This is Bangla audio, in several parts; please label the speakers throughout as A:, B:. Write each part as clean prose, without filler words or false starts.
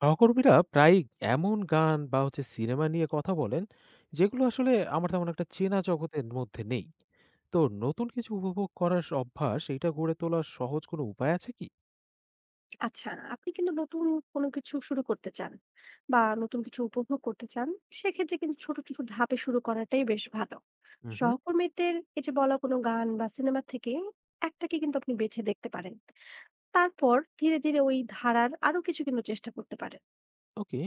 A: সহকর্মীরা প্রায়ই এমন গান বা সিনেমা নিয়ে কথা বলেন, যেগুলো আসলে আমার তেমন একটা চেনা জগতের মধ্যে নেই। তো নতুন কিছু উপভোগ করার অভ্যাস এটা গড়ে তোলার সহজ কোনো উপায় আছে কি?
B: আচ্ছা, আপনি কিন্তু নতুন কোনো কিছু শুরু করতে চান বা নতুন কিছু উপভোগ করতে চান, সেক্ষেত্রে কিন্তু ছোট ছোট ধাপে শুরু করাটাই বেশ ভালো।
A: হুম।
B: সহকর্মীদের এই যে বলা কোনো গান বা সিনেমা থেকে একটাকে কিন্তু আপনি বেছে দেখতে পারেন। তারপর ধীরে ধীরে ওই ধারার আরো কিছু কিন্তু চেষ্টা করতে পারেন।
A: ওকে,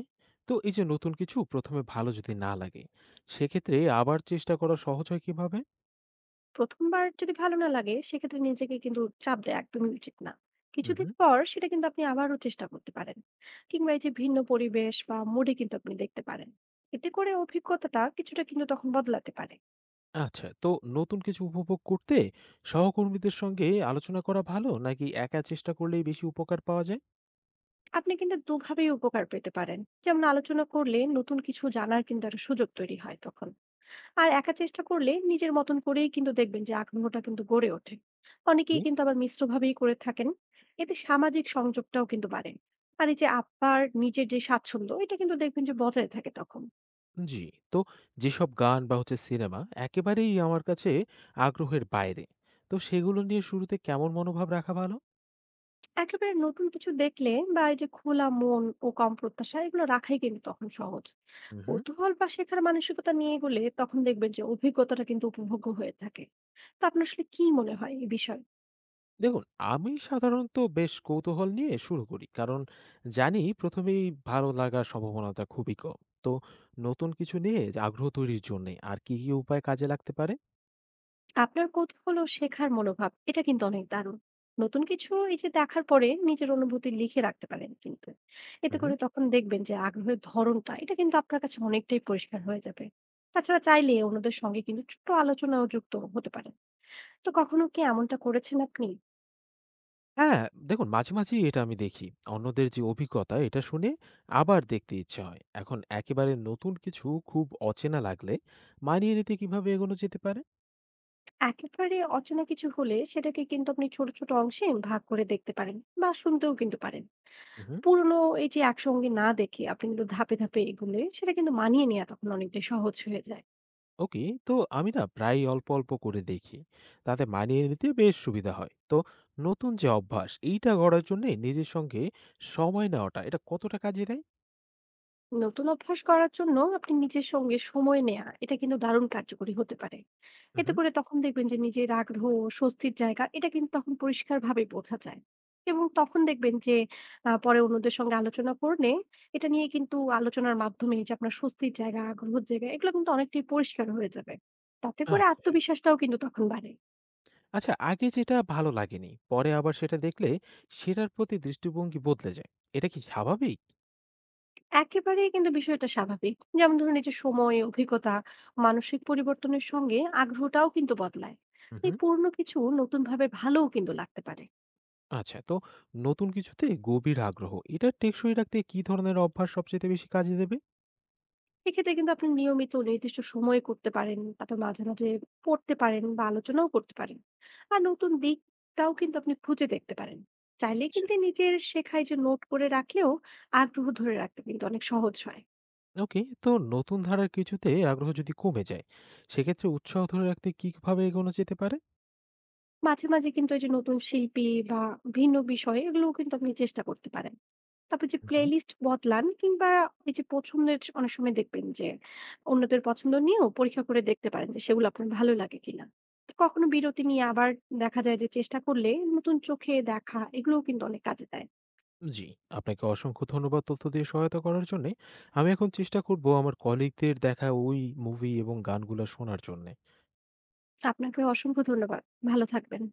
A: তো এই যে নতুন কিছু প্রথমে ভালো যদি না লাগে, সেক্ষেত্রে আবার চেষ্টা করা সহজ হয় কিভাবে?
B: প্রথমবার যদি ভালো না লাগে, সেক্ষেত্রে নিজেকে কিন্তু চাপ দেওয়া একদমই উচিত না। কিছুদিন
A: হুম।
B: পর সেটা কিন্তু আপনি আবারও চেষ্টা করতে পারেন। কিংবা এই যে ভিন্ন পরিবেশ বা মুডে কিন্তু আপনি দেখতে পারেন, এতে করে অভিজ্ঞতাটা কিছুটা কিন্তু তখন বদলাতে পারে।
A: আচ্ছা, তো নতুন কিছু উপভোগ করতে সহকর্মীদের সঙ্গে আলোচনা করা ভালো নাকি একা চেষ্টা করলেই বেশি উপকার পাওয়া যায়?
B: আপনি কিন্তু দুভাবেই উপকার পেতে পারেন। যেমন আলোচনা করলে নতুন কিছু জানার কিন্তু একটা সুযোগ তৈরি হয় তখন। আর একা চেষ্টা করলে নিজের মতন করেই কিন্তু দেখবেন যে আগ্রহটা কিন্তু গড়ে ওঠে। অনেকেই কিন্তু আবার মিশ্রভাবেই করে থাকেন। এতে সামাজিক সংযোগটাও কিন্তু বাড়ে। আর এই যে আপনার নিজের যে স্বাচ্ছন্দ্য, এটা কিন্তু দেখবেন যে বজায় থাকে তখন।
A: জি, তো যেসব গান বা সিনেমা একেবারেই আমার কাছে আগ্রহের বাইরে, তো সেগুলো নিয়ে শুরুতে কেমন মনোভাব রাখা ভালো?
B: একেবারে নতুন কিছু দেখলে বা এই যে খোলা মন ও কম প্রত্যাশা এগুলো রাখাই কিন্তু তখন সহজ।
A: উম হুম।
B: কৌতূহল বা শেখার মানসিকতা নিয়ে গেলে তখন দেখবেন যে অভিজ্ঞতাটা কিন্তু উপভোগ্য হয়ে থাকে। তো আপনার আসলে কি মনে হয় এই বিষয়ে?
A: দেখুন, আমি সাধারণত বেশ কৌতূহল নিয়ে শুরু করি। কারণ জানি প্রথমেই ভালো লাগার সম্ভাবনাটা খুবই কম। তো নতুন কিছু নিয়ে আগ্রহ তৈরির জন্যে আর কি উপায় কাজে লাগতে পারে?
B: আপনার কৌতূহল ও শেখার মনোভাব, এটা কিন্তু অনেক দারুণ। নতুন কিছু এই যে দেখার পরে নিজের অনুভূতি লিখে রাখতে পারেন কিন্তু। এতে করে তখন দেখবেন যে আগ্রহের ধরনটা এটা কিন্তু আপনার কাছে অনেকটাই পরিষ্কার হয়ে যাবে। তাছাড়া চাইলে অন্যদের সঙ্গে কিন্তু ছোট আলোচনাও যুক্ত হতে পারেন। তো কখনো কি এমনটা করেছেন আপনি?
A: হ্যাঁ, দেখুন মাঝেই এটা আমি দেখি। অন্যদের যে অভিজ্ঞতা এটা শুনে আবার দেখতে ইচ্ছে হয়। এখন একেবারে নতুন কিছু খুব অচেনা লাগলে মানিয়ে নিতে কিভাবে এগোনো যেতে পারে?
B: একেবারে অচেনা কিছু হলে সেটাকে কিন্তু আপনি ছোট ছোট অংশে ভাগ করে দেখতে পারেন বা শুনতেও কিন্তু পারেন।
A: উহু,
B: পুরনো এই যে একসঙ্গে না দেখে আপনি কিন্তু ধাপে ধাপে এগুলে সেটা কিন্তু মানিয়ে নেওয়া তখন অনেকটাই সহজ হয়ে যায়।
A: ওকে। তো আমি না প্রায়ই অল্প করে দেখি। তাতে মানিয়ে নিতে বেশ সুবিধা হয়। তো নতুন যে অভ্যাস এইটা গড়ার জন্যে নিজের সঙ্গে সময় নেওয়াটা এটা কতটা কাজে দেয়?
B: নতুন অভ্যাস করার জন্য আপনি নিজের সঙ্গে সময় নেয়া, এটা কিন্তু দারুণ কার্যকরী হতে পারে। এতে
A: উহু,
B: করে তখন দেখবেন যে নিজের আগ্রহ ও স্বস্তির জায়গা এটা কিন্তু তখন পরিষ্কারভাবে বোঝা যায়। এবং তখন দেখবেন যে পরে অন্যদের সঙ্গে আলোচনা করলে এটা নিয়ে কিন্তু আলোচনার মাধ্যমে যে আপনার স্বস্তির জায়গা, আগ্রহের জায়গা এগুলো কিন্তু অনেকটাই পরিষ্কার হয়ে যাবে। তাতে করে
A: আচ্ছা।
B: আত্মবিশ্বাসটাও কিন্তু তখন বাড়ে।
A: আচ্ছা, আগে যেটা ভালো লাগেনি, পরে আবার সেটা দেখলে সেটার প্রতি দৃষ্টিভঙ্গি বদলে যায়। এটা কি স্বাভাবিক?
B: একেবারেই কিন্তু বিষয়টা স্বাভাবিক। যেমন ধরুন, এই যে সময়, অভিজ্ঞতা, মানসিক পরিবর্তনের সঙ্গে আগ্রহটাও কিন্তু বদলায়।
A: উহু।
B: তাই পুরনো কিছু নতুনভাবে ভালোও কিন্তু লাগতে পারে।
A: আচ্ছা, তো নতুন কিছুতে গভীর আগ্রহ এটা টেকসই রাখতে কি ধরনের অভ্যাস সবচেয়ে বেশি কাজে দেবে?
B: এক্ষেত্রে কিন্তু আপনি নিয়মিত নির্দিষ্ট সময়ে করতে পারেন, তারপর মাঝে মাঝে পড়তে পারেন বা আলোচনাও করতে পারেন। আর নতুন দিকটাও কিন্তু আপনি খুঁজে দেখতে পারেন। চাইলে
A: আচ্ছা।
B: কিন্তু নিজের শেখায় যে নোট করে রাখলেও আগ্রহ ধরে রাখতে কিন্তু অনেক সহজ হয়।
A: ওকে, তো নতুন ধারার কিছুতে আগ্রহ যদি কমে যায়, সেক্ষেত্রে উৎসাহ ধরে রাখতে কিভাবে এগোনো যেতে পারে?
B: মাঝে মাঝে কিন্তু এই যে নতুন শিল্পী বা ভিন্ন বিষয় এগুলোও কিন্তু আপনি চেষ্টা করতে পারেন। তারপর যে
A: হুম।
B: প্লেলিস্ট বদলান, কিংবা এই যে পছন্দের অনেক সময় দেখবেন যে অন্যদের পছন্দ নিয়েও পরীক্ষা করে দেখতে পারেন যে সেগুলো আপনার ভালো লাগে কিনা। তো কখনো বিরতি নিয়ে আবার দেখা যায় যে চেষ্টা করলে নতুন চোখে দেখা, এগুলোও কিন্তু অনেক কাজে দেয়।
A: জি, আপনাকে অসংখ্য ধন্যবাদ তথ্য দিয়ে সহায়তা করার জন্যে। আমি এখন চেষ্টা করব আমার কলিগদের দেখা ওই মুভি এবং গানগুলো শোনার জন্যে।
B: আপনাকে অসংখ্য ধন্যবাদ। ভালো থাকবেন।